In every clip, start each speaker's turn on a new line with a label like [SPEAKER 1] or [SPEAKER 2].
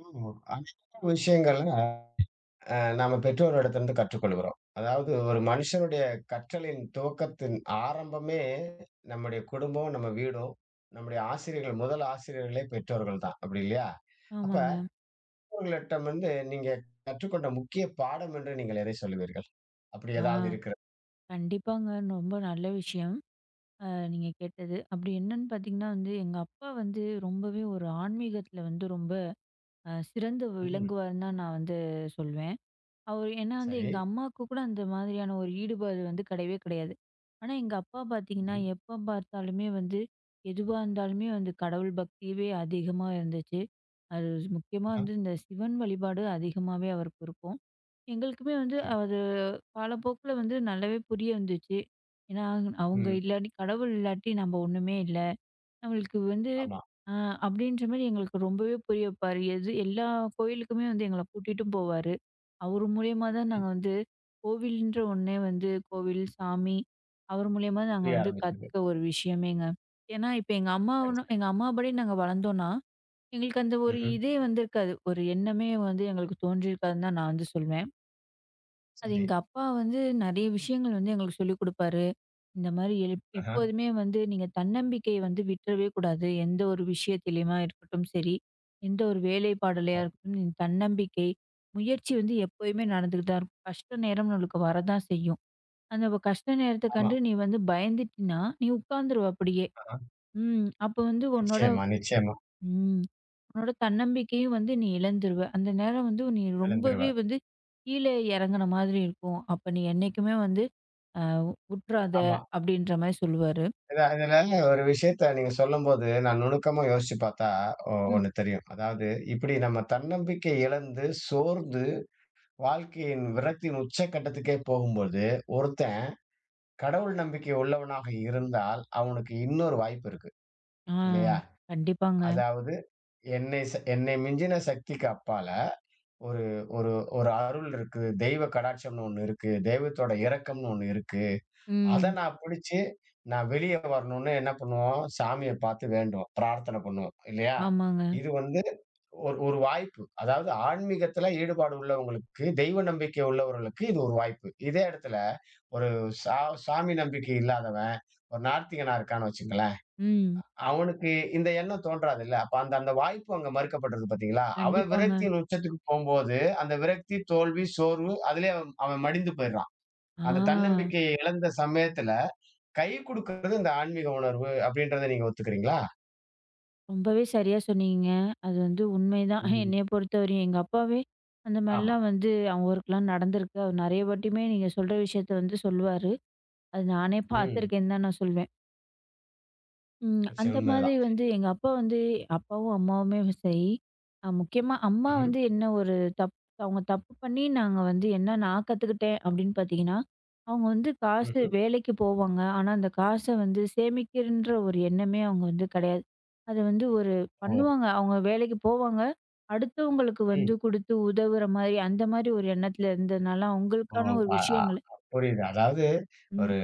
[SPEAKER 1] ஆமா. அநேக விஷயங்கள நாம பெற்றோரிடத்திலிருந்து கற்றுக்கொள்கிறோம். அதாவது ஒரு மனுஷனுடைய கற்றலின் துவக்கத்தின் ஆரம்பமே நம்முடைய குடும்பம், நம்ம வீடும், நம்முடைய ஆசிரியர்கள் முதல் ஆசிரியர்களே பெற்றோர்கள் தான். அப்படி இல்லையா? அப்ப
[SPEAKER 2] ஆமாங்க.
[SPEAKER 1] அவர்களிடம் வந்து நீங்க கற்றுக்கொண்ட முக்கிய பாடம் என்று நீங்கள் எதை சொல்லுவீர்கள்? அப்படி ஏதாவது
[SPEAKER 2] ஆ,
[SPEAKER 1] இருக்கிறது?
[SPEAKER 2] கண்டிப்பாங்க. ரொம்ப நல்ல விஷயம். அ நீங்க கேட்டது. அப்படி என்னன்னு பார்த்தீங்கன்னா வந்து, எங்க அப்பா வந்து ரொம்பவே ஒரு ஆன்மீகத்தில வந்து ரொம்ப சிறந்து
[SPEAKER 1] ம்ஹ்ம்.
[SPEAKER 2] விளங்குவாருன்னு தான் நான் வந்து சொல்வேன். அவர் ஏன்னா வந்து
[SPEAKER 1] சரி,
[SPEAKER 2] எங்க அம்மாவுக்கு கூட அந்த மாதிரியான ஒரு ஈடுபாடு வந்து கிடையவே கிடையாது. ஆனா எங்க அப்பா பார்த்தீங்கன்னா,
[SPEAKER 1] சரி.
[SPEAKER 2] எப்ப பார்த்தாலுமே வந்து எதுவா இருந்தாலுமே வந்து கடவுள் பக்தியவே அதிகமா இருந்துச்சு. அது முக்கியமா
[SPEAKER 1] ஆ,
[SPEAKER 2] வந்து இந்த சிவன் வழிபாடு அதிகமாவே அவருக்கு இருக்கும். எங்களுக்குமே வந்து
[SPEAKER 1] சரி.
[SPEAKER 2] அத காலப்போக்குல வந்து நல்லாவே புரிய வந்துச்சு. ஏன்னா, அவங்க
[SPEAKER 1] ம்.
[SPEAKER 2] இல்லாட்டி கடவுள் இல்லாட்டி நம்ம ஒண்ணுமே இல்ல. நம்மளுக்கு வந்து
[SPEAKER 1] ஆமா.
[SPEAKER 2] அ அப்படின்ற மாரி எங்களுக்கு ரொம்பவே புரிய வைப்பாரு. எது எல்லா கோயிலுக்குமே வந்து எங்கள கூட்டிட்டும் போவாரு. அவர் மூலியமா தான்
[SPEAKER 1] சரி.
[SPEAKER 2] நாங்க வந்து கோவில்ன்ற ஒண்ணே வந்து கோவில், சாமி அவர் மூலியமா நாங்க
[SPEAKER 1] புரிய
[SPEAKER 2] வந்து
[SPEAKER 1] ஆரம்பிச்சது.
[SPEAKER 2] கத்துக்க ஒரு விஷயமேங்க. ஏன்னா, இப்ப எங்க
[SPEAKER 1] சரி,
[SPEAKER 2] அம்மாவ
[SPEAKER 1] சரி.
[SPEAKER 2] எங்க அம்மா படி நாங்க வளர்ந்தோம்னா, எங்களுக்கு அந்த ஒரு
[SPEAKER 1] ம்ஹ்ம்.
[SPEAKER 2] இதே வந்திருக்காது. ஒரு எண்ணமே வந்து எங்களுக்கு தோன்றியிருக்காதுன்னு தான் நான் வந்து சொல்வேன். அது
[SPEAKER 1] சரி.
[SPEAKER 2] எங்க அப்பா வந்து நெறைய விஷயங்கள் வந்து எங்களுக்கு சொல்லிக் குடுப்பாரு. இந்த மாரி எப்
[SPEAKER 1] ஆஹா.
[SPEAKER 2] எப்போதுமே வந்து நீங்க தன்னம்பிக்கைய வந்து விட்டுறவே கூடாது. எந்த ஒரு விஷயத்திலயுமா இருக்கட்டும் சரி, எந்த ஒரு வேலைப்பாடுலயா
[SPEAKER 1] ஆமா.
[SPEAKER 2] இருக்கட்டும், நீ தன்னம்பிக்கை, முயற்சி வந்து எப்பயுமே நடந்துட்டு தான் இருக்கும். கஷ்ட நேரம் நம்மளுக்கு வரதான் செய்யும். அந்த வ கஷ்ட நேரத்துக்
[SPEAKER 1] ஆமா
[SPEAKER 2] கண்டு நீ வந்து பயந்துட்டீன்னா, நீ உட்காந்துருவ அப்படியே.
[SPEAKER 1] ஆஹா.
[SPEAKER 2] ம். அப்ப வந்து உன்னோட
[SPEAKER 1] நிச்சயமா, நிச்சயமா.
[SPEAKER 2] ம். உன்னோட தன்னம்பிக்கையும் வந்து நீ இழந்துருவ. அந்த நேரம் வந்து நீ
[SPEAKER 1] எழுந்துருவ.
[SPEAKER 2] ரொம்பவே வந்து கீழ இறங்குன மாதிரி இருக்கும். அப்ப நீ என்னைக்குமே வந்து அ "உட்றாத"
[SPEAKER 1] ஆமா.
[SPEAKER 2] அப்படின்ற மாரி சொல்லுவாரு.
[SPEAKER 1] இதுல ஒரு விஷயத்த நீங்க சொல்லும்போது, நான் நுணுக்கமா யோசிச்சு பார்த்தா,
[SPEAKER 2] ம்.
[SPEAKER 1] ஒண்ணு தெரியும். அதாவது இப்படி நம்ம தன்னம்பிக்கை இழந்து, சோர்ந்து, வாழ்க்கையின் விரக்தியின் உச்சக்கட்டத்துக்கே போகும்போது, ஒருத்தன் கடவுள் நம்பிக்கை உள்ளவனாக இருந்தால், அவனுக்கு இன்னொரு வாய்ப்பு இருக்கு.
[SPEAKER 2] ஆ,
[SPEAKER 1] இல்லையா?
[SPEAKER 2] கண்டிப்பாங்க.
[SPEAKER 1] அதாவது என்னை மிஞ்சின சக்திக்கு அப்பால ஒரு ஒரு ஒரு அருள் இருக்கு. தெய்வ கடாட்சம்னு ஒண்ணு இருக்கு. தெய்வத்தோட இரக்கம்னு ஒண்ணு இருக்கு. அத
[SPEAKER 2] ம்.
[SPEAKER 1] நான் புடிச்சு, நான் வெளிய வரணும்னு என்ன பண்ணுவோம், சாமிய பார்த்து வேண்டுவோம். பிரார்த்தனை பண்ணுவோம். இல்லையா?
[SPEAKER 2] ஆமாங்க.
[SPEAKER 1] இது வந்து ஒரு ஒரு வாய்ப்பு. அதாவது ஆன்மீகத்துல ஈடுபாடு உள்ளவங்களுக்கு, தெய்வ நம்பிக்கை உள்ளவர்களுக்கு இது ஒரு வாய்ப்பு. இதே இடத்துல ஒரு சா சாமி நம்பிக்கை இல்லாதவன், ஒரு நாத்திகனா இருக்கான்னு வச்சுக்கங்களேன்,
[SPEAKER 2] ம்.
[SPEAKER 1] அவனுக்கு இந்த எண்ணம் தோன்றாதுல்ல. அப்ப அந்த அந்த வாய்ப்பு அங்க மறுக்கப்பட்டிருக்கு பார்த்தீங்களா? அவன்
[SPEAKER 2] கண்டிப்பாங்க.
[SPEAKER 1] விரக்தியின் உச்சத்துக்கு போம்போது, அந்த விரக்தி, தோல்வி, சோர்வு அதிலயே அவன் அவன் மடிந்து போயிடுறான். அந்த
[SPEAKER 2] ஆ,
[SPEAKER 1] தன்னம்பிக்கையை இழந்த சமயத்துல கை குடுக்குறது இந்த ஆன்மீக உணர்வு அப்படின்றத நீங்க ஒத்துக்கிறீங்களா?
[SPEAKER 2] ரொம்பவே சரியா சொன்னீங்க. அது வந்து உண்மைதான். என்னைய
[SPEAKER 1] ம்.
[SPEAKER 2] பொறுத்தவரையும் எங்க அப்பாவே அந்த
[SPEAKER 1] ஆமா.
[SPEAKER 2] மாரிலாம் வந்து அவங்க ஊருக்குலாம் நடந்திருக்கு. அவர் நெறைய வாட்டியுமே நீங்க சொல்ற விஷயத்த வந்து சொல்லுவாரு. அது நானே
[SPEAKER 1] ம்.
[SPEAKER 2] பார்த்துருக்கேன்னு தான் நான் சொல்வேன். ம்.
[SPEAKER 1] நிச்சயம்
[SPEAKER 2] அந்த மாதிரி
[SPEAKER 1] உண்மைதான்.
[SPEAKER 2] வந்து எங்க அப்பா வந்து அப்பாவும், அம்மாவுமே சரி, முக்கியமா அம்மா
[SPEAKER 1] ம்ஹ்ம்.
[SPEAKER 2] வந்து என்ன ஒரு தப் அவங்க தப்பு பண்ணி நாங்க வந்து என்ன நான் கத்துக்கிட்டேன் அப்படின்னு பார்த்தீங்கன்னா, அவங்க வந்து காசு
[SPEAKER 1] ம்ஹ்ம்.
[SPEAKER 2] வேலைக்கு போவாங்க. ஆனா, அந்த காச வந்து சேமிக்கிறன்ற ஒரு எண்ணமே அவங்க வந்து கிடையாது. அது வந்து ஒரு
[SPEAKER 1] ஓ!
[SPEAKER 2] பண்ணுவாங்க. அவங்க வேலைக்கு போவாங்க. அடுத்தவங்களுக்கு வந்து
[SPEAKER 1] ம்.
[SPEAKER 2] குடுத்து உதவுற மாரி, அந்த மாரி ஒரு எண்ணத்துல இருந்ததுனால,
[SPEAKER 1] ஓ!
[SPEAKER 2] அவங்களுக்கான ஒரு
[SPEAKER 1] அ அ
[SPEAKER 2] விஷயங்கள்
[SPEAKER 1] புரியுது. அதாவது ஒரு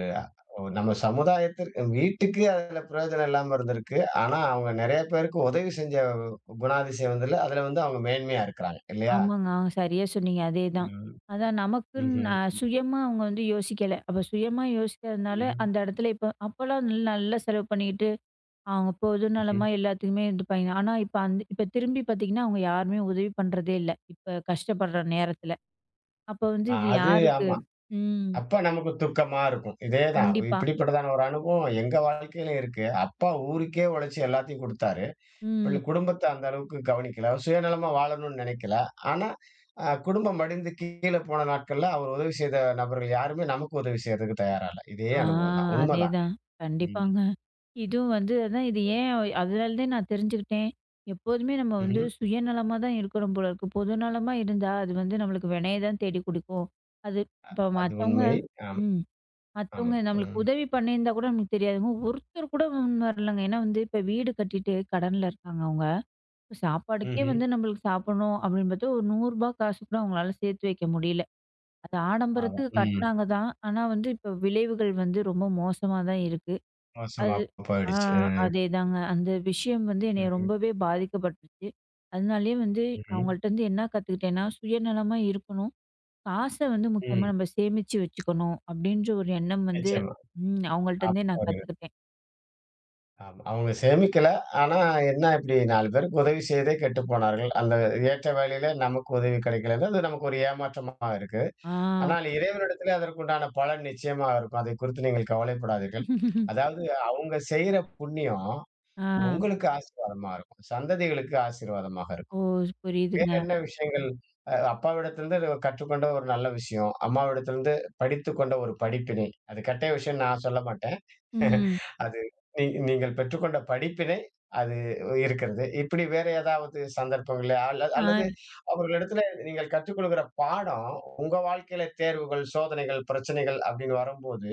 [SPEAKER 1] நம்ம சமுதாயத்திற்கு வீட்டுக்கு அதுல பிரயோஜனம் இல்லாம இருந்திருக்கு. ஆனா, அவங்க நெறைய பேருக்கு உதவி செஞ்ச குணாதிசயம் வந்ததுல, அதுல வந்து அவங்க மேன்மையா இருக்கிறாங்க. இல்லையா?
[SPEAKER 2] ஆமாங்க. ஆ, சரியா சொன்னீங்க. அதேதான்.
[SPEAKER 1] ம்.
[SPEAKER 2] அதான் நமக்குன்னு
[SPEAKER 1] ம்ஹ்ம்.
[SPEAKER 2] சுயமா அவங்க வந்து யோசிக்கல. அப்ப சுயமா யோசிக்காதனால
[SPEAKER 1] ம்ஹ்ம்.
[SPEAKER 2] அந்த இடத்துல இப்ப அப்பலாம் நல்லா செலவு பண்ணிக்கிட்டு, அவங்க பொது
[SPEAKER 1] ம்ஹ்ம்.
[SPEAKER 2] நலமா எல்லாத்துக்குமே இருந்துப்பாய்ங்க. ஆனா இப்ப அந்த இப்ப திரும்பி பார்த்தீங்கன்னா, அவங்க யாருமே உதவி பண்றதே இல்ல. இப்ப கஷ்டப்படுற நேரத்துல. அப்ப வந்து இது
[SPEAKER 1] அது
[SPEAKER 2] யாருக்கு?
[SPEAKER 1] ஆமா.
[SPEAKER 2] ம்.
[SPEAKER 1] அப்ப நமக்கு துக்கமா இருக்கும். இதேதான்.
[SPEAKER 2] கண்டிப்பா.
[SPEAKER 1] இப்படிப்பட்டதான ஒரு அனுபவம் எங்க வாழ்க்கையிலும் இருக்கு. அப்பா ஊருக்கே உழைச்சு எல்லாத்தையும் குடுத்தாரு.
[SPEAKER 2] ம்.
[SPEAKER 1] குடும்பத்த அந்த அளவுக்கு கவனிக்கல. அவர் சுயநலமா வாழணும்னு நினைக்கல. ஆனா, குடும்பம் மடிந்து கீழ போன நாட்கள்ல அவர் உதவி செய்த நபர்கள் யாருமே நமக்கு உதவி செய்யறதுக்கு தயாரா இல்ல. இதே
[SPEAKER 2] ஆ,
[SPEAKER 1] அனுபவம் தான். உண்மதான்.
[SPEAKER 2] அதேதான்.
[SPEAKER 1] ம்.
[SPEAKER 2] கண்டிப்பாங்க. இதுவும் வந்து அதான் இது ஏன் அதனாலதே நான் தெரிஞ்சுக்கிட்டேன். எப்போதுமே நம்ம வந்து
[SPEAKER 1] ம்ஹ்ம்.
[SPEAKER 2] சுயநலமா தான் இருக்கிறோம் போல இருக்கு. பொதுநலமா இருந்தா, அது வந்து நம்மளுக்கு வினைய தான் தேடி குடுக்கும். அது இப்ப
[SPEAKER 1] அது
[SPEAKER 2] மத்தவங்க
[SPEAKER 1] உண்மை. ஆமா,
[SPEAKER 2] ம்.
[SPEAKER 1] ஆமா.
[SPEAKER 2] மத்தவங்க நம்மளுக்கு
[SPEAKER 1] ம்.
[SPEAKER 2] உதவி பண்ணியிருந்தா கூட நமக்கு தெரியாதுங்க. ஒருத்தர் கூட முன் வரலங்க. ஏன்னா வந்து இப்ப வீடு கட்டிட்டு கடன்ல இருக்காங்க அவங்க. சாப்பாடுக்கே
[SPEAKER 1] ம்ஹ்ம்.
[SPEAKER 2] வந்து நம்மளுக்கு சாப்பிடணும் அப்படின்னு பார்த்தா, ஒரு ரூ. 100 காசு கூட அவங்களால சேர்த்து வைக்க முடியல. அது
[SPEAKER 1] ஆமா.
[SPEAKER 2] ஆடம்பரத்துக்கு
[SPEAKER 1] ம்.
[SPEAKER 2] கட்டுனாங்க தான். ஆனா வந்து இப்ப விளைவுகள் வந்து ரொம்ப மோசமா தான் இருக்கு.
[SPEAKER 1] மோசமா
[SPEAKER 2] அது ஆ,
[SPEAKER 1] போயிடுச்சு. ம்.
[SPEAKER 2] அதேதாங்க. அந்த விஷயம் வந்து என்னைய
[SPEAKER 1] ம்ஹ்ம்.
[SPEAKER 2] ரொம்பவே பாதிக்கப்பட்டுச்சு. அதனாலேயே வந்து
[SPEAKER 1] ம்ஹ்ம்.
[SPEAKER 2] அவங்கள்ட்டருந்து என்ன கத்துக்கிட்டேன்னா, சுயநலமா இருக்கணும். காச வந்து முக்கியமா
[SPEAKER 1] ம்.
[SPEAKER 2] நம்ம சேமிச்சு வச்சுக்கணும் அப்படின்ற ஒரு எண்ணம் வந்து
[SPEAKER 1] நிச்சயமா.
[SPEAKER 2] ம்,
[SPEAKER 1] அப்ப
[SPEAKER 2] அவங்கள்ட்டருந்தே நான்
[SPEAKER 1] ஒரு
[SPEAKER 2] கத்துக்கிட்டேன்.
[SPEAKER 1] ஆமா. அவங்க சேமிக்கல. ஆனா என்ன இப்படி 4 பேருக்கு உதவி செய்தே கெட்டுப் போனார்கள். அந்த ஏற்ற வேளையில நமக்கு உதவி கிடைக்கலன்னா, அது நமக்கு ஒரு ஏமாற்றமா இருக்கு.
[SPEAKER 2] ஆ.
[SPEAKER 1] ஆனால் இறைவனிடத்திலே அதற்குண்டான பலன் நிச்சயமா இருக்கும். அதைக் குறித்து நீங்கள் கவலைப்படாதீர்கள். அதாவது அவங்க செய்யற புண்ணியம்
[SPEAKER 2] ஆ.
[SPEAKER 1] உங்களுக்கு ஆசீர்வாதமா இருக்கும். சந்ததிகளுக்கு ஆசீர்வாதமாக இருக்கும்.
[SPEAKER 2] ஓ!
[SPEAKER 1] வேற
[SPEAKER 2] புரியுதுங்க.
[SPEAKER 1] என்ன விஷயங்கள் அப்பாவிடத்திலிருந்து கற்றுக்கொண்ட ஒரு நல்ல விஷயம், அம்மாவிடத்திலிருந்து படித்துக்கொண்ட ஒரு படிப்பினை. அது கெட்ட விஷயம்ன்னு நான் சொல்ல மாட்டேன்.
[SPEAKER 2] ம்.
[SPEAKER 1] அது நீ நீங்கள் பெற்றுக்கொண்ட படிப்பினை அது இருக்கிறது. இப்படி வேற ஏதாவது சந்தர்ப்பங்கள்ல
[SPEAKER 2] ஆ,
[SPEAKER 1] அல்லது அவர்களிடத்துல நீங்கள் கற்றுக்கொள்கிற பாடம், உங்க வாழ்க்கையில தேர்வுகள், சோதனைகள், பிரச்சனைகள் அப்படின்னு வரும்போது,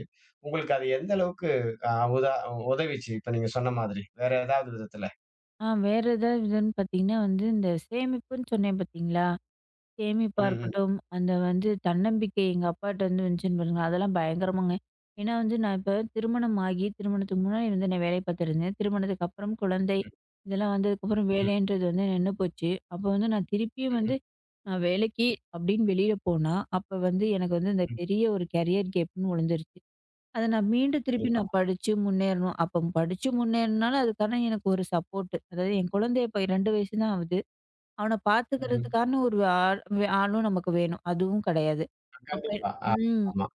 [SPEAKER 1] உங்களுக்கு அது எந்த அளவுக்கு அ உதா உதவிச்சு? இப்ப நீங்க சொன்ன மாதிரி. வேற ஏதாவது விதத்துல?
[SPEAKER 2] வேற ஏதாவது இதுன்னு பார்த்தீங்கன்னா வந்து இந்த சேமிப்புன்னு சொன்னேன் பார்த்தீங்களா? சேமிப்பா
[SPEAKER 1] ம், ம்,
[SPEAKER 2] இருக்கட்டும், அந்த வந்து தன்னம்பிக்கை எங்க அப்பாட்ட வந்து வந்துச்சுன்னு பாருங்க, அதெல்லாம் பயங்கரமாங்க. ஏன்னா வந்து நான் இப்ப திருமணம் ஆகி, திருமணத்துக்கு முன்னாடி வந்து நான் வேலை பார்த்துருந்தேன். திருமணத்துக்கு அப்புறம் குழந்தை,
[SPEAKER 1] ம்,
[SPEAKER 2] இதெல்லாம் வந்ததுக்கப்புறம்
[SPEAKER 1] ம்,
[SPEAKER 2] வேலைன்றது வந்து நின்னு போச்சு. அப்போ வந்து நான் திருப்பியும்
[SPEAKER 1] ம்,
[SPEAKER 2] வந்து நான் வேலைக்கு அப்படின்னு வெளியில போனா, அப்ப வந்து எனக்கு வந்து இந்த
[SPEAKER 1] ம்.
[SPEAKER 2] பெரிய ஒரு கேரியர் கேப்ன்னு விழுந்துருச்சு. அத நான் மீண்டும் திருப்பி
[SPEAKER 1] கண்டிப்பா.
[SPEAKER 2] நான் படிச்சு முன்னேறணும். அப்ப படிச்சு முன்னேறினாலும் அதுக்கான எனக்கு ஒரு சப்போர்ட். அதாவது என் குழந்தை இப்ப 2 வயசு தான் ஆகுது. அவன ம்,
[SPEAKER 1] ம்.
[SPEAKER 2] பார்த்துக்கிறதுக்கான ஒரு ஆளும் நமக்கு வேணும். அதுவும் கிடையாது. அப்ப
[SPEAKER 1] கண்டிப்பா. ஆ,
[SPEAKER 2] ம்.
[SPEAKER 1] ஆமா.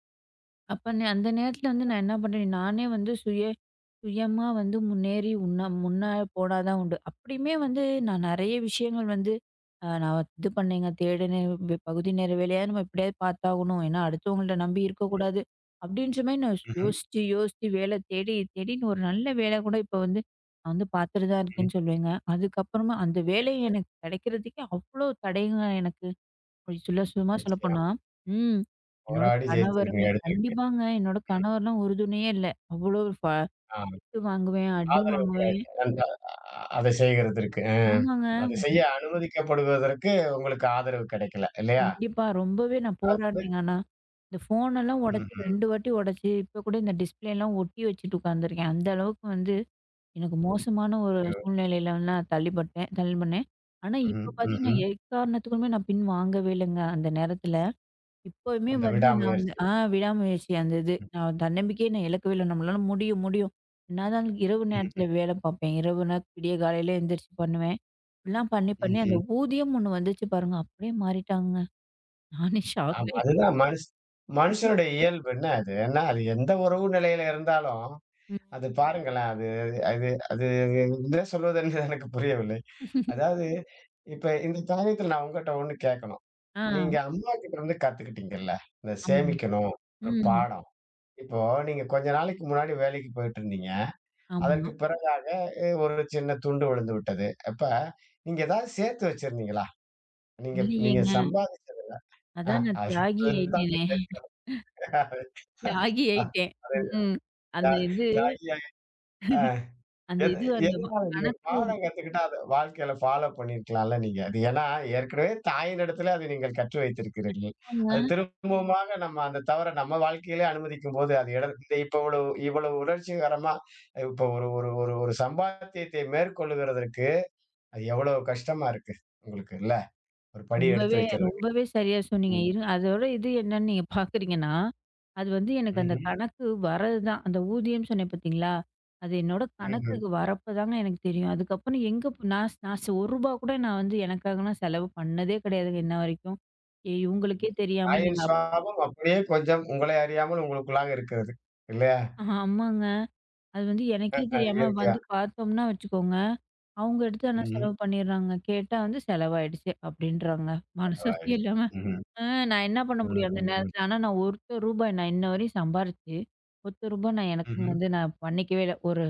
[SPEAKER 2] அப்ப அந்த நேரத்துல வந்து நான் என்ன பண்றேன், நானே வந்து சுயமா வந்து முன்னேறி உன்ன முன்ன போனா தான் உண்டு. அப்படியுமே வந்து நான் நெறைய விஷயங்கள் வந்து நான் இது பண்ணேங்க. தேடுனேன் பகுதி நேர வேலையா நம்ம எப்படியாவது பார்த்தாகணும். ஏன்னா அடுத்தவங்கள்ட்ட நம்பி இருக்கக்கூடாது. அப்படின்ற மாரி நான்
[SPEAKER 1] ம்ஹ்ம்.
[SPEAKER 2] யோசிச்சு, யோசிச்சு வேலை தேடி தேடின்னு ஒரு நல்ல வேலை கூட இப்ப வந்து நான் வந்து பார்த்துட்டு தான்
[SPEAKER 1] ம்.
[SPEAKER 2] இருக்கேன்னு சொல்லுவேங்க. அதுக்கப்புறமா அந்த வேலை
[SPEAKER 1] சரி.
[SPEAKER 2] எனக்கு கிடைக்கிறதுக்கே அவ்வளோ தடைங்க எனக்கு. அப்படி சொல்ல சும்மா
[SPEAKER 1] நிச்சயம்.
[SPEAKER 2] சொல்லப்போனா, ம். என்னோட
[SPEAKER 1] போராடி ஜெயிச்சிருக்கீங்க,
[SPEAKER 2] கணவருமே
[SPEAKER 1] எடுத்திருக்கீங்க.
[SPEAKER 2] கண்டிப்பாங்க. என்னோட கணவர்லாம் ஒரு துணையே இல்ல. அவ்வளோ
[SPEAKER 1] ஆ.
[SPEAKER 2] திட்டு வாங்குவேன், அடி
[SPEAKER 1] ஆதரவு
[SPEAKER 2] வாங்குவேன்.
[SPEAKER 1] கிடையாது. அந்த அதை செய்கிறதற்கு.
[SPEAKER 2] ஆமாங்க.
[SPEAKER 1] அதை செய்ய அனுமதிக்கப்படுவதற்கு உங்களுக்கு ஆதரவு கிடைக்கல இல்லையா?
[SPEAKER 2] கண்டிப்பா. ரொம்பவே நான்
[SPEAKER 1] அது
[SPEAKER 2] போராடினேங்க ஆனா. இந்த ஃபோனெல்லாம் உடைச்சு
[SPEAKER 1] ம்ஹ்ம்.
[SPEAKER 2] 2 வாட்டி உடைச்சு, இப்ப கூட இந்த டிஸ்ப்ளேலாம் ஒட்டி வச்சுட்டு உட்காந்துருக்கேன். அந்த அளவுக்கு வந்து எனக்கு
[SPEAKER 1] ம்.
[SPEAKER 2] மோசமான ஒரு சூழ்நிலையில வந்து நான் தள்ளிப்பட்டேன் தள்ளி பண்ணேன். ஆனா
[SPEAKER 1] ம்ஹ்ம்,
[SPEAKER 2] இப்ப பார்த்தீங்கன்னா,
[SPEAKER 1] ம்ஹ்ம்.
[SPEAKER 2] எக்காரணத்துக்குமே நான் பின் வாங்கவே இல்லங்க அந்த நேரத்துல. இப்பவுமே
[SPEAKER 1] அந்த
[SPEAKER 2] வந்து நான் வந்து
[SPEAKER 1] விடாமுயற்சி.
[SPEAKER 2] ஆ, விடாமுயற்சி அந்த இது.
[SPEAKER 1] ம்.
[SPEAKER 2] நான் தன்னம்பிக்கையே நான் இழக்கவே இல்ல. நம்மளால முடியும், முடியும். என்னாதான் இரவு
[SPEAKER 1] ம்ஹ்ம்,
[SPEAKER 2] நேரத்தில வேலை பார்ப்பேன். இரவுனா விடிய காலையில எந்திரிச்சு பண்ணுவேன். இப்படிலாம் பண்ணி, பண்ணி அந்த
[SPEAKER 1] ம்ஹ்ம்.
[SPEAKER 2] ஊதியம் ஒண்ணு வந்துச்சு பாருங்க. அப்படியே மாறிட்டாங்கங்க. நானே ஷாக்
[SPEAKER 1] ஆமா.
[SPEAKER 2] ஆயிட்டேன்.
[SPEAKER 1] அதுதான் மனுஷனுடைய இயல்பு என்ன அது? ஏன்னா அது எந்த உறவு நிலையில இருந்தாலும்,
[SPEAKER 2] ம்.
[SPEAKER 1] அது பாருங்களேன் அது அது அது என்ன சொல்வது என்று எனக்கு புரியவில்லை. அதாவது இப்ப இந்த காரியத்தில நான் உங்கட்ட ஒண்ணு கேட்கணும்.
[SPEAKER 2] ஆ.
[SPEAKER 1] நீங்க அம்மாகிட்ட இருந்து கத்துக்கிட்டீங்கல்ல, இந்த
[SPEAKER 2] ஆமா.
[SPEAKER 1] சேமிக்கணும் ஒரு
[SPEAKER 2] ம்.
[SPEAKER 1] பாடம். இப்போ நீங்க கொஞ்ச நாளைக்கு முன்னாடி வேலைக்கு போயிட்டுருந்தீங்க. அதற்கு
[SPEAKER 2] ஆமா.
[SPEAKER 1] பிறகாக ஒரு சின்ன துண்டு விழுந்து விட்டது. அப்ப நீங்க ஏதாவது சேர்த்து வச்சிருந்தீங்களா? நீங்க நீங்க
[SPEAKER 2] இல்லையேங்க.
[SPEAKER 1] சம்பாதிச்சதுல அ
[SPEAKER 2] அதான் நான்
[SPEAKER 1] அது
[SPEAKER 2] தியாகி
[SPEAKER 1] அதுதான்
[SPEAKER 2] ஆயிட்டேனே.
[SPEAKER 1] கேட்கிறேன். அது
[SPEAKER 2] தியாகி ஆயிட்டேன்.
[SPEAKER 1] அது
[SPEAKER 2] ம். அந்த
[SPEAKER 1] அது-
[SPEAKER 2] இது
[SPEAKER 1] நான் ஐயா,
[SPEAKER 2] அந்த
[SPEAKER 1] எது
[SPEAKER 2] இது அந்த வ-
[SPEAKER 1] எதனால நீங்க
[SPEAKER 2] கணக்கு
[SPEAKER 1] பாடம் கத்துக்கிட்டா, அத வாழ்க்கையில ஃபாலோ பண்ணியிருக்கலாம்ல நீங்க. அது ஏன்னா, ஏற்கனவே தாயினிடத்திலே அதை நீங்கள் கற்று வைத்திருக்கிறீர்கள். அது திரும்பவுமாக நம்ம அந்த தவற நம்ம வாழ்க்கையிலே அனுமதிக்கும்போது, அது இட இந்த இப்ப இவ்வளவு இவ்வளவு உணர்ச்சிகரமா இப்ப ஒரு ஒரு ஒரு ஒரு சம்பாத்தியத்தை மேற்கொள்ளுகிறதற்கு, அது எவ்வளவு கஷ்டமா இருக்கு உங்களுக்கு இல்ல? ஒரு படி எடுத்து
[SPEAKER 2] ரொம்பவே
[SPEAKER 1] வைக்கிறதுக்கு.
[SPEAKER 2] ரொம்பவே சரியா சொன்னீங்க.
[SPEAKER 1] ம்.
[SPEAKER 2] இரு அதோட இது என்னன்னு நீங்க பார்க்குறீங்கன்னா, அது வந்து எனக்கு அந்த
[SPEAKER 1] ம்ஹ்ம்.
[SPEAKER 2] கணக்கு வரதுதான். அந்த ஊதியம் சொன்னேன் பார்த்தீங்களா? அது என்னோட
[SPEAKER 1] ம்ஹ்ம்.
[SPEAKER 2] கணக்குக்கு வரப்ப தாங்க எனக்கு தெரியும். அதுக்கப்புறம் எங்க போ நான் நான் ரூ. 1 கூட நான் வந்து எனக்காக நான் செலவு பண்ணதே கிடையாதுங்க இன்ன வரைக்கும். எ இவங்களுக்கே தெரியாம
[SPEAKER 1] தாயின்
[SPEAKER 2] நீங்க
[SPEAKER 1] சுவாபம் அப்படியே கொஞ்சம் உங்களை அறியாமல் உங்களுக்குள்ளாக இருக்கிறது. இல்லையா?
[SPEAKER 2] ஆஹ், ஆமாங்க. அது வந்து எனக்கே
[SPEAKER 1] அது
[SPEAKER 2] தெரியாம
[SPEAKER 1] இயற்கையா.
[SPEAKER 2] வந்து பார்த்தோம்னா வச்சுக்கோங்க, அவங்க எடுத்து ஆனா
[SPEAKER 1] ம்ஹ்ம்.
[SPEAKER 2] செலவு பண்ணிடுறாங்க. கேட்டா வந்து செலவாயிடுச்சு அப்படின்றாங்க. மனசாட்சியே இல்லாம.
[SPEAKER 1] ம்ஹ்ம்.
[SPEAKER 2] ஆ, நான் என்ன பண்ண முடியும் அந்த
[SPEAKER 1] ம்.
[SPEAKER 2] நேரத்துல? ஆனா நான் ரூ. 1 நான் இன்ன வரையும் சம்பாரிச்சு, ரூ. 1 நான் எனக்குன்னு
[SPEAKER 1] ம்ஹ்ம்.
[SPEAKER 2] வந்து நான் பண்ணிக்கவே இல்ல. ஒரு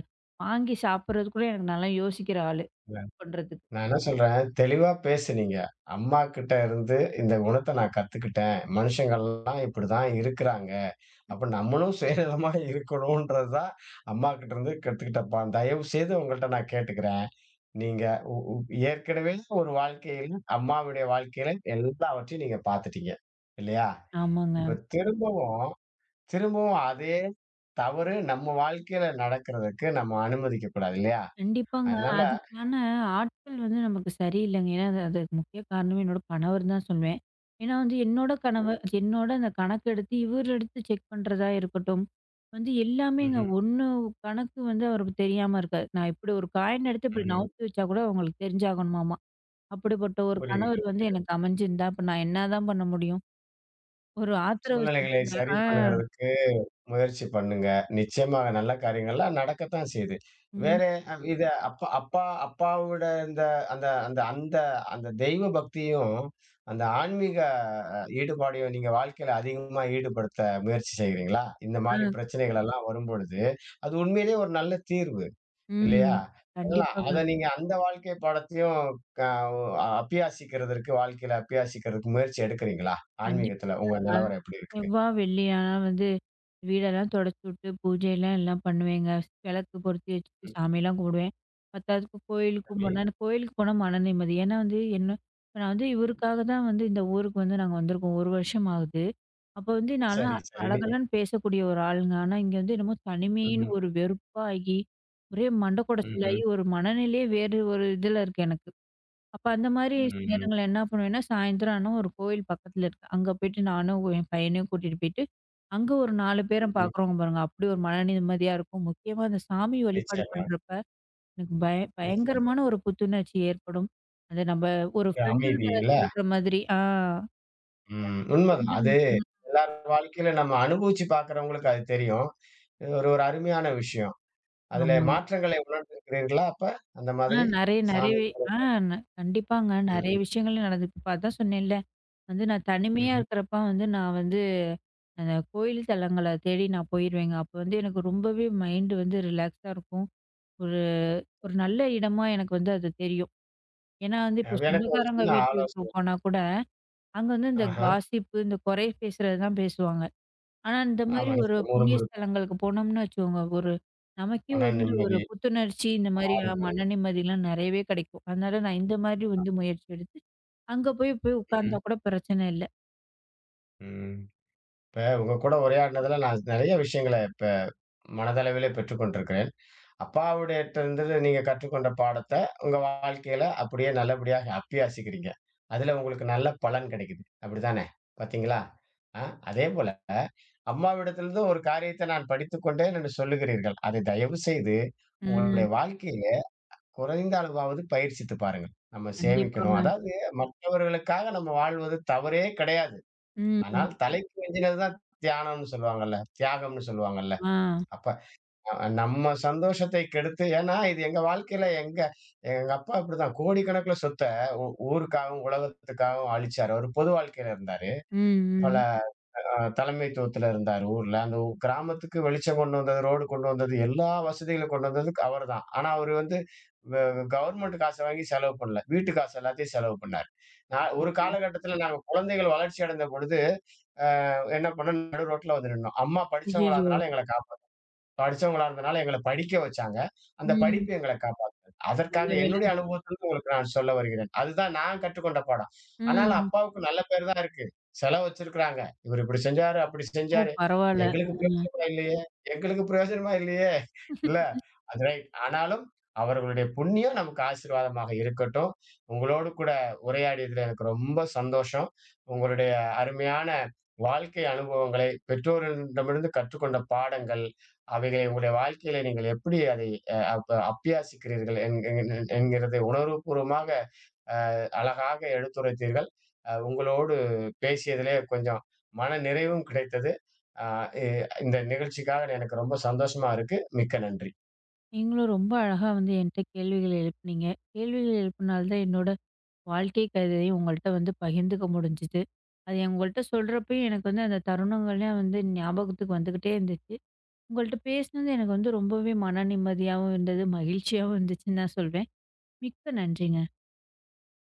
[SPEAKER 2] வாங்கி சாப்பிடுறது கூட எனக்கு நல்லா யோசிக்கிற ஆளு
[SPEAKER 1] இல்ல.
[SPEAKER 2] பண்றதுக்கு.
[SPEAKER 1] நான் என்ன சொல்றேன், தெளிவா பேசுனீங்க. அம்மாகிட்ட இருந்து இந்த குணத்த நான் கத்துக்கிட்டேன். மனுஷங்கள்லாம் இப்படிதான் இருக்கிறாங்க. அப்ப நம்மளும் சுயநலமா இருக்கணும்ன்றது தான் அம்மாகிட்ட இருந்து கத்துக்கிட்டப்பா. தயவு செய்து உங்கள்ட்ட நான் கேட்டுக்கிறேன். நீங்க ஏற்கனவே ஒரு வாழ்க்கையில அம்மாவுடைய வாழ்க்கையில எல்லாவற்றையும் நீங்க பார்த்துட்டீங்க. இல்லையா? இப்ப
[SPEAKER 2] ஆமாங்க.
[SPEAKER 1] திரும்பவும் திரும்பவும் அதே தவறு நம்ம வாழ்க்கையில நடக்கிறதுக்கு நம்ம அனுமதிக்கக்கூடாது இல்லையா?
[SPEAKER 2] கண்டிப்பாங்க.
[SPEAKER 1] அதனால
[SPEAKER 2] அதுக்கான ஆட்கள் வந்து நமக்கு சரியில்லங்க. ஏன்னா அது அதுக்கு முக்கிய காரணமே என்னோட கணவர் தான் சொல்வேன். ஏன்னா வந்து என்னோட கணவர் என்னோட அந்த கணக்கு எடுத்து இவர் எடுத்து செக் பண்றதா இருக்கட்டும், வந்து எல்லாமேங்க
[SPEAKER 1] ம்ஹ்ம்.
[SPEAKER 2] 1 கணக்கு வந்து அவருக்கு தெரியாம இருக்காது. நான் இப்படி ஒரு காயின் எடுத்து இப்படி
[SPEAKER 1] ம்ஹ்ம்.
[SPEAKER 2] நவுத்தி வச்சா கூட அவங்களுக்கு தெரிஞ்சாகணுமாமா. அப்படிப்பட்ட ஒரு
[SPEAKER 1] புரியுது.
[SPEAKER 2] கணவர் வந்து எனக்கு அமைஞ்சிருந்தா, அப்ப நான் என்னதான் பண்ண முடியும்? ஒரு ஆத்திர
[SPEAKER 1] சூழ்நிலைகளை
[SPEAKER 2] அவசரத்துல
[SPEAKER 1] சரி
[SPEAKER 2] ஆ,
[SPEAKER 1] பண்ணுகிறதுக்கு முயற்சி பண்ணுங்க. நிச்சயமாக நல்ல காரியங்கள்லாம் நடக்கத்தான் செய்யுது. வேற
[SPEAKER 2] ம்,
[SPEAKER 1] அ இது அப்பா அப்பா அப்பாவோட இந்த அந்த அந்த தெய்வ பக்தியும், அந்த ஆன்மீக ஈடுபாடையும் நீங்க வாழ்க்கையில அதிகமா ஈடுபடுத்த முயற்சி செய்கிறீங்களா? இந்த
[SPEAKER 2] ஆ,
[SPEAKER 1] மாரி பிரச்சனைகள் எல்லாம் வரும்பொழுது, அது உண்மையிலேயே ஒரு நல்ல தீர்வு.
[SPEAKER 2] ம்.
[SPEAKER 1] இல்லையா? அதெல்லாம் அத
[SPEAKER 2] கண்டிப்பாங்க.
[SPEAKER 1] நீங்க அந்த வாழ்க்கை பாடத்தையும் க அபியாசிக்கிறதற்கு வாழ்க்கையில அபியாசிக்கிறதுக்கு முயற்சி எடுக்கிறீங்களா? ஆன்மீகத்துல
[SPEAKER 2] கண்டிப்பா.
[SPEAKER 1] உங்க
[SPEAKER 2] நான்
[SPEAKER 1] நிலவரம் எப்படி இருக்கு?
[SPEAKER 2] செவ்வா, வெள்ளி ஆனா வந்து வீடெல்லாம் தொடச்சு விட்டு, பூஜைலாம் எல்லாம் பண்ணுவேங்க. விளக்கு பொருத்தி வச்சுட்டு
[SPEAKER 1] ம்.
[SPEAKER 2] சாமிலாம் கும்பிடுவேன். பத்தாததுக்கு கோயிலுக்கும்
[SPEAKER 1] சரி,
[SPEAKER 2] போனா எனக்கு கோயிலுக்கு போனா மன நிம்மதி. ஏன்னா வந்து என்ன இப்ப நான் வந்து இவருக்காக தான் வந்து இந்த ஊருக்கு வந்து நாங்க வந்திருக்கோம். 1 வருஷம் ஆகுது. அப்ப வந்து நான்லாம்
[SPEAKER 1] சரி, சரி. நீ
[SPEAKER 2] கலகலன்னு பேசக்கூடிய ஒரு ஆளுங்க. ஆனா, இங்க வந்து என்னமோ தனிமைன்னு
[SPEAKER 1] ம்ஹ்ம்,
[SPEAKER 2] ஒரு வெறுப்பாகி, ஒரே மண்ட
[SPEAKER 1] ம்ஹ்ம்,
[SPEAKER 2] கொடச்சலாகி ஒரு மனநிலையே வேறு ஒரு இதுல இருக்கு எனக்கு. அப்ப அந்த மாரி ம்.
[SPEAKER 1] ம்.
[SPEAKER 2] நேரங்கள்ல என்ன பண்ணுவேன்னா, சாயந்தரம் ஆனா ஒரு கோயில் பக்கத்துல இருக்கு. அங்க போயிட்டு நானும் என் பையனையும் கூட்டிட்டு போயிட்டு, அங்க ஒரு 4 பேர
[SPEAKER 1] ம்.
[SPEAKER 2] பார்க்குறோங்க பாருங்க. அப்படி ஒரு மன நிம்மதியா இருக்கும். முக்கியமா அந்த சாமி வழிபாடு
[SPEAKER 1] நிச்சயமா,
[SPEAKER 2] பண்றப்ப, எனக்கு
[SPEAKER 1] நிச்சயமா.
[SPEAKER 2] பயங்கரமான ஒரு புத்துணர்ச்சி ஏற்படும். அது நம்ப ஒரு
[SPEAKER 1] ஒரு
[SPEAKER 2] ஃப்ரெண்டு
[SPEAKER 1] அமைதி
[SPEAKER 2] கிட்ட
[SPEAKER 1] இல்ல?
[SPEAKER 2] சொல்ற மாதிரி. ஆ,
[SPEAKER 1] ம். உண்மதான்.
[SPEAKER 2] ஃப்ரெண்டு
[SPEAKER 1] அது எல்லார் வாழ்க்கையில நம்ம அனுபவிச்சு பார்க்கிறவங்களுக்கு அது தெரியும். இது ஒரு ஒரு அருமையான விஷயம். அதுல
[SPEAKER 2] ஆமாங்க.
[SPEAKER 1] மாற்றங்களை உணர்ந்திருக்கிறீர்களா அப்ப? அந்த
[SPEAKER 2] ஆ,
[SPEAKER 1] மாதிரி
[SPEAKER 2] நெறைய
[SPEAKER 1] சாமி
[SPEAKER 2] நெறையவே ஆ ந கண்டிப்பாங்க.
[SPEAKER 1] ம்,
[SPEAKER 2] நெறைய
[SPEAKER 1] ம்,
[SPEAKER 2] விஷயங்கள் நடந்தது. இப்ப அதான் சொன்னேன்ல, வந்து நான் தனிமையா
[SPEAKER 1] ம்ஹ்ம்.
[SPEAKER 2] இருக்கிறப்ப வந்து நான் வந்து அந்த கோயில் தலங்கள தேடி நான் போயிருவேங்க. அப்போ வந்து எனக்கு ரொம்பவே மைண்டு வந்து ரிலாக்ஸா இருக்கும். ஒரு ஒரு நல்ல இடமா எனக்கு வந்து அது தெரியும். ஏன்னா வந்து இப்போ
[SPEAKER 1] எனக்கு ஒரு
[SPEAKER 2] சொந்தக்காரங்க
[SPEAKER 1] சின்ன
[SPEAKER 2] வீட்டுக்கு
[SPEAKER 1] ஆலோசனை.
[SPEAKER 2] போனா கூட, அங்க வந்து இந்த
[SPEAKER 1] ஆஹ.
[SPEAKER 2] காசிப்பு, இந்த குறை பேசுறது தான் பேசுவாங்க. ஆனா, இந்த மாரி
[SPEAKER 1] ஆமா.
[SPEAKER 2] ஒரு
[SPEAKER 1] நிச்சயம்.
[SPEAKER 2] புண்ணிய
[SPEAKER 1] முறுமுறுப்பு,
[SPEAKER 2] ஸ்தலங்களுக்கு போனோம்னு வச்சுக்கோங்க, ஒரு நமக்கே
[SPEAKER 1] மன
[SPEAKER 2] வந்து ஒரு
[SPEAKER 1] நிம்மதி,
[SPEAKER 2] புத்துணர்ச்சி இந்த மாரி
[SPEAKER 1] ஆறுதல்.
[SPEAKER 2] மன நிம்மதிலாம் நெறையவே கிடைக்கும். அதனால நான் இந்த மாரி வந்து முயற்சி எடுத்து, அங்க போய் போய்
[SPEAKER 1] ம்.
[SPEAKER 2] உட்கார்ந்தா கூட பிரச்சனை இல்ல.
[SPEAKER 1] ம். இப்ப உங்க கூட உரையாடினதுல நான் நெறைய விஷயங்கள இப்ப மனதளவிலே பெற்றுக் கொண்டிருக்கிறேன். அப்பாவிடத்திலிருந்து நீங்க கற்றுக்கொண்ட பாடத்த உங்க வாழ்க்கையில அப்படியே நல்லபடியாக அப்பியாசிக்கிறீங்க. அதுல உங்களுக்கு நல்ல பலன் கிடைக்குது. அப்படித்தானே? பார்த்தீங்களா? ஆ அதேபோல அம்மாவிடத்திலிருந்து ஒரு காரியத்த நான் படித்துக் கொண்டேன் என்று சொல்லுகிறீர்கள். அதை தயவுசெய்து உங்களுடைய
[SPEAKER 2] ம்.
[SPEAKER 1] வாழ்க்கையில குறைந்த அளவாவது பயிற்சித்து பாருங்கள். நம்ம சேமிக்கணும்.
[SPEAKER 2] கண்டிப்பாங்க.
[SPEAKER 1] அதாவது மற்றவர்களுக்காக நம்ம வாழ்வது தவறே கிடையாது.
[SPEAKER 2] ம்.
[SPEAKER 1] ஆனால் தலைக்கு மிஞ்சினது தான் தியானம்னு சொல்லுவாங்கல்ல. தியாகம்னு சொல்லுவாங்கல்ல.
[SPEAKER 2] ஆ.
[SPEAKER 1] அப்ப நம்ம சந்தோஷத்தை கெடுத்து ஏன்னா இது எங்க வாழ்க்கையில எங்க எங்க அப்பா இப்படிதான் கோடிக்கணக்குல சொத்த ஊருக்காகவும், உலகத்துக்காகவும் அழிச்சாரு. அவரு பொது வாழ்க்கையில இருந்தாரு.
[SPEAKER 2] ம்,
[SPEAKER 1] பல
[SPEAKER 2] ம்.
[SPEAKER 1] தலைமைத்துவத்துல இருந்தார் ஊர்ல. அந்த கிராமத்துக்கு வெளிச்சம் கொண்டு வந்தது, ரோடு கொண்டு வந்தது, எல்லா வசதிகளும் கொண்டு வந்தது அவர்தான். ஆனா அவரு வந்து வ கவர்மெண்ட் காச வாங்கி செலவு பண்ணல. வீட்டு காசு எல்லாத்தையும் செலவு பண்ணாரு. நான் ஒரு
[SPEAKER 2] அச்சச்சோ!
[SPEAKER 1] காலகட்டத்துல நாங்க குழந்தைகள் வளர்ச்சி அடைந்த பொழுது, அ என்ன பண்ணோம் நடு ரோட்ல வந்து நின்னோம். அம்மா படிச்சவங்களா
[SPEAKER 2] ஐயய்யோ!
[SPEAKER 1] இருந்தனால எங்கள படிச்சவங்களா இருந்தனால எங்கள படிக்க வச்சாங்க. அந்த
[SPEAKER 2] ம்.
[SPEAKER 1] படிப்பு எங்கள காப்பாத்துனது. அதற்காக
[SPEAKER 2] நல்ல
[SPEAKER 1] என்னுடைய
[SPEAKER 2] வேளைங்க.
[SPEAKER 1] அனுபவத்திலிருந்து உங்களுக்கு நான் சொல்ல வருகிறேன். அதுதான் நான் கற்றுக்கொண்ட பாடம். ஆனாலும்
[SPEAKER 2] ம்.
[SPEAKER 1] அப்பாவுக்கு நல்ல பேரு தான் இருக்கு. செலவு வச்சிருக்கிறாங்க. இவரு இப்படி செஞ்சாரு, அப்படி
[SPEAKER 2] ஓ!
[SPEAKER 1] செஞ்சாரு.
[SPEAKER 2] பரவால்ல.
[SPEAKER 1] எங்களுக்கு
[SPEAKER 2] ஆ.
[SPEAKER 1] பிரயோஜனமா இல்லையே! எங்களுக்கு பிரயோஜனமா இல்லையே! இல்ல. அது ரைட். ஆனாலும் அவர்களுடைய புண்ணியம் நமக்கு ஆசீர்வாதமாக இருக்கட்டும். உங்களோடு கூட உரையாடியதுல எனக்கு ரொம்ப சந்தோஷம். உங்களுடைய அருமையான வாழ்க்கை அனுபவங்களை, பெற்றோரிடமிருந்து கற்றுக்கொண்ட பாடங்கள் அவைகளை உங்களுடைய வாழ்க்கையில நீங்கள் எப்படி அதை அ அப்ப அப்பியாசிக்கிறீர்கள் என் என் என்கிறது உணர்வுபூர்வமாக அழகாக எடுத்துரைத்தீர்கள். உங்களோடு பேசியதிலே கொஞ்சம் மன நிறைவும் கிடைத்தது. அ இ இந்த நிகழ்ச்சிக்காக எனக்கு ரொம்ப சந்தோஷமா இருக்கு. மிக்க நன்றி.
[SPEAKER 2] நீங்களும் ரொம்ப அழகா வந்து என்ட்ட கேள்விகள் எழுப்புனீங்க. கேள்விகள் எழுப்புனால தான் என்னோட வாழ்க்கை கதையும் உங்கள்ட்ட வந்து பகிர்ந்துக்க முடிஞ்சுது. அது உங்கள்ட்ட சொல்றப்பயும் எனக்கு வந்து அந்த தருணங்கள்லாம் வந்து ஞாபகத்துக்கு வந்துகிட்டே இருந்துச்சு. உங்கள்ட்ட பேசினது எனக்கு வந்து ரொம்பவே மன நிம்மதியாவும் இருந்தது, மகிழ்ச்சியாவும் இருந்துச்சுன்னு தான் சொல்வேன். மிக்க நன்றிங்க.